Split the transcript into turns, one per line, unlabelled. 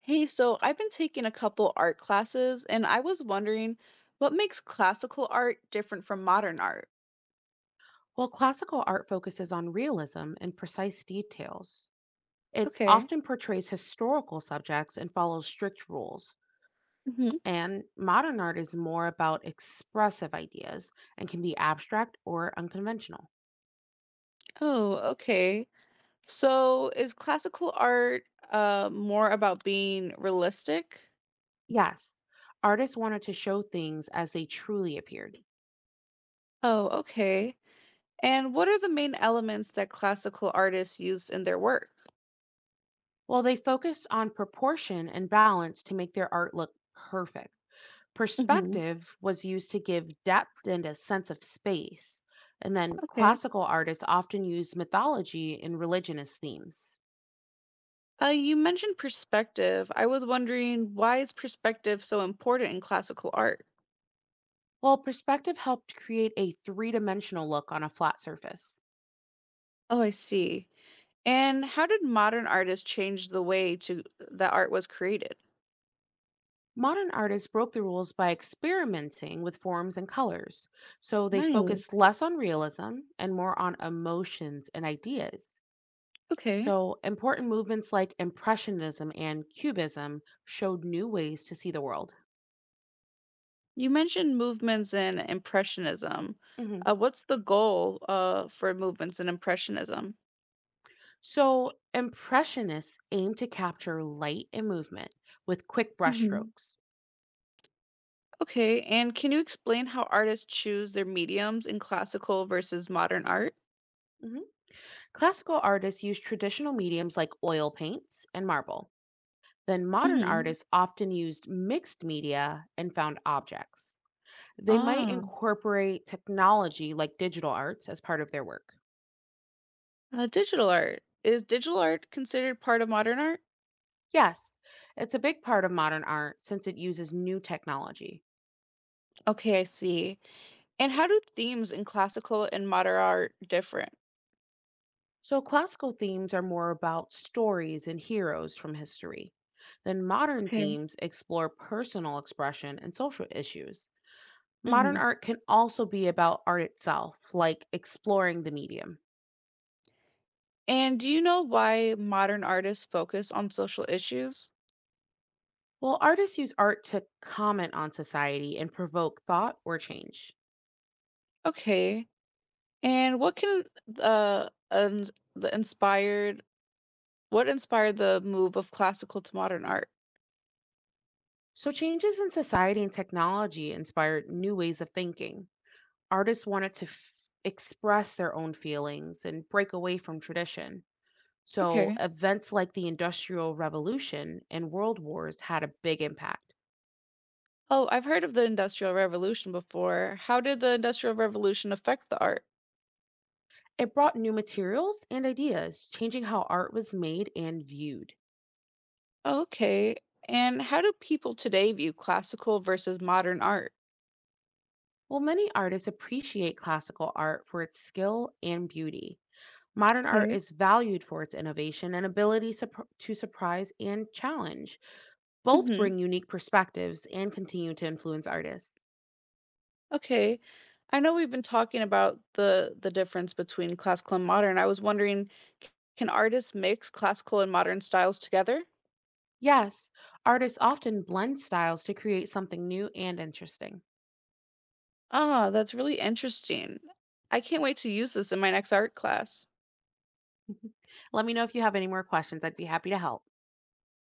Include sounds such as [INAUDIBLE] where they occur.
Hey, so I've been taking a couple art classes, and I was wondering what makes classical art different from modern art?
While classical art focuses on realism and precise details, it
Okay.
often portrays historical subjects and follows strict rules.
Hmm.
And modern art is more about expressive ideas and can be abstract or unconventional.
Oh, okay. So is classical art more about being realistic?
Yes, artists wanted to show things as they truly appeared,
Oh, okay. And what are the main elements that classical artists use in their work?
while they focused on proportion and balance to make their art look perfect.
Hmm.
Perspective was used to give depth and a sense of space. And then
Okay.
classical artists often used mythology and religion as themes.
You mentioned perspective. I was wondering why is perspective so important in classical art?
While perspective helped create a three dimensional look on a flat surface.
Oh, I see. And how did modern artists change the way to that art was created?
Modern artists broke the rules by experimenting with forms and colors, so they focused
Nice.
less on realism and more on emotions and ideas.
Okay.
So, important movements like Impressionism and Cubism showed new ways to see the world.
You mentioned movements and impressionism.
Mhm.
What's the goal for movements and impressionism?
So, Impressionists aim to capture light and movement with quick
Hmm.
brushstrokes.
Okay, and can you explain how artists choose their mediums in classical versus modern art?
hmm Classical artists used traditional mediums like oil paints and marble. Then, modern
Hmm.
artists often used mixed media and found objects. They might
Ah,
incorporate technology like digital arts as part of their work.
digital art. Is digital art considered part of modern art?
Yes, it's a big part of modern art since it uses new technology.
Okay, I see. And how do themes in classical and modern art different?
So, classical themes are more about stories and heroes from history. Then, modern
Okay.
themes explore personal expression and social issues. Modern art can also be about art itself, like exploring the medium.
And do you know why modern artists focus on social issues?
Well, artists use art to comment on society and provoke thought or change.
Okay. And what can uns- the inspired what inspired the move of classical to modern art?
So, changes in society and technology inspired new ways of thinking. Artists wanted to express their own feelings and break away from tradition. So,
Okay.
events like the Industrial Revolution and World Wars had a big impact.
Oh, I've heard of the Industrial Revolution before. How did the Industrial Revolution affect the art?
It brought new materials and ideas, changing how art was made and viewed.
Oh, okay. And how do people today view classical versus modern art?
While many artists appreciate classical art for its skill and beauty, modern art
Okay.
is valued for its innovation and ability to surprise and challenge. Both
Mhm.
bring unique perspectives and continue to influence artists.
Okay. I know we've been talking about the difference between classical and modern. I was wondering, c- can artists mix classical and modern styles together?
Yes, artists often blend styles to create something new and interesting.
Ah, that's really interesting. I can't wait to use this in my next art class.
[LAUGHS] Let me know if you have any more questions. I'd be happy to help.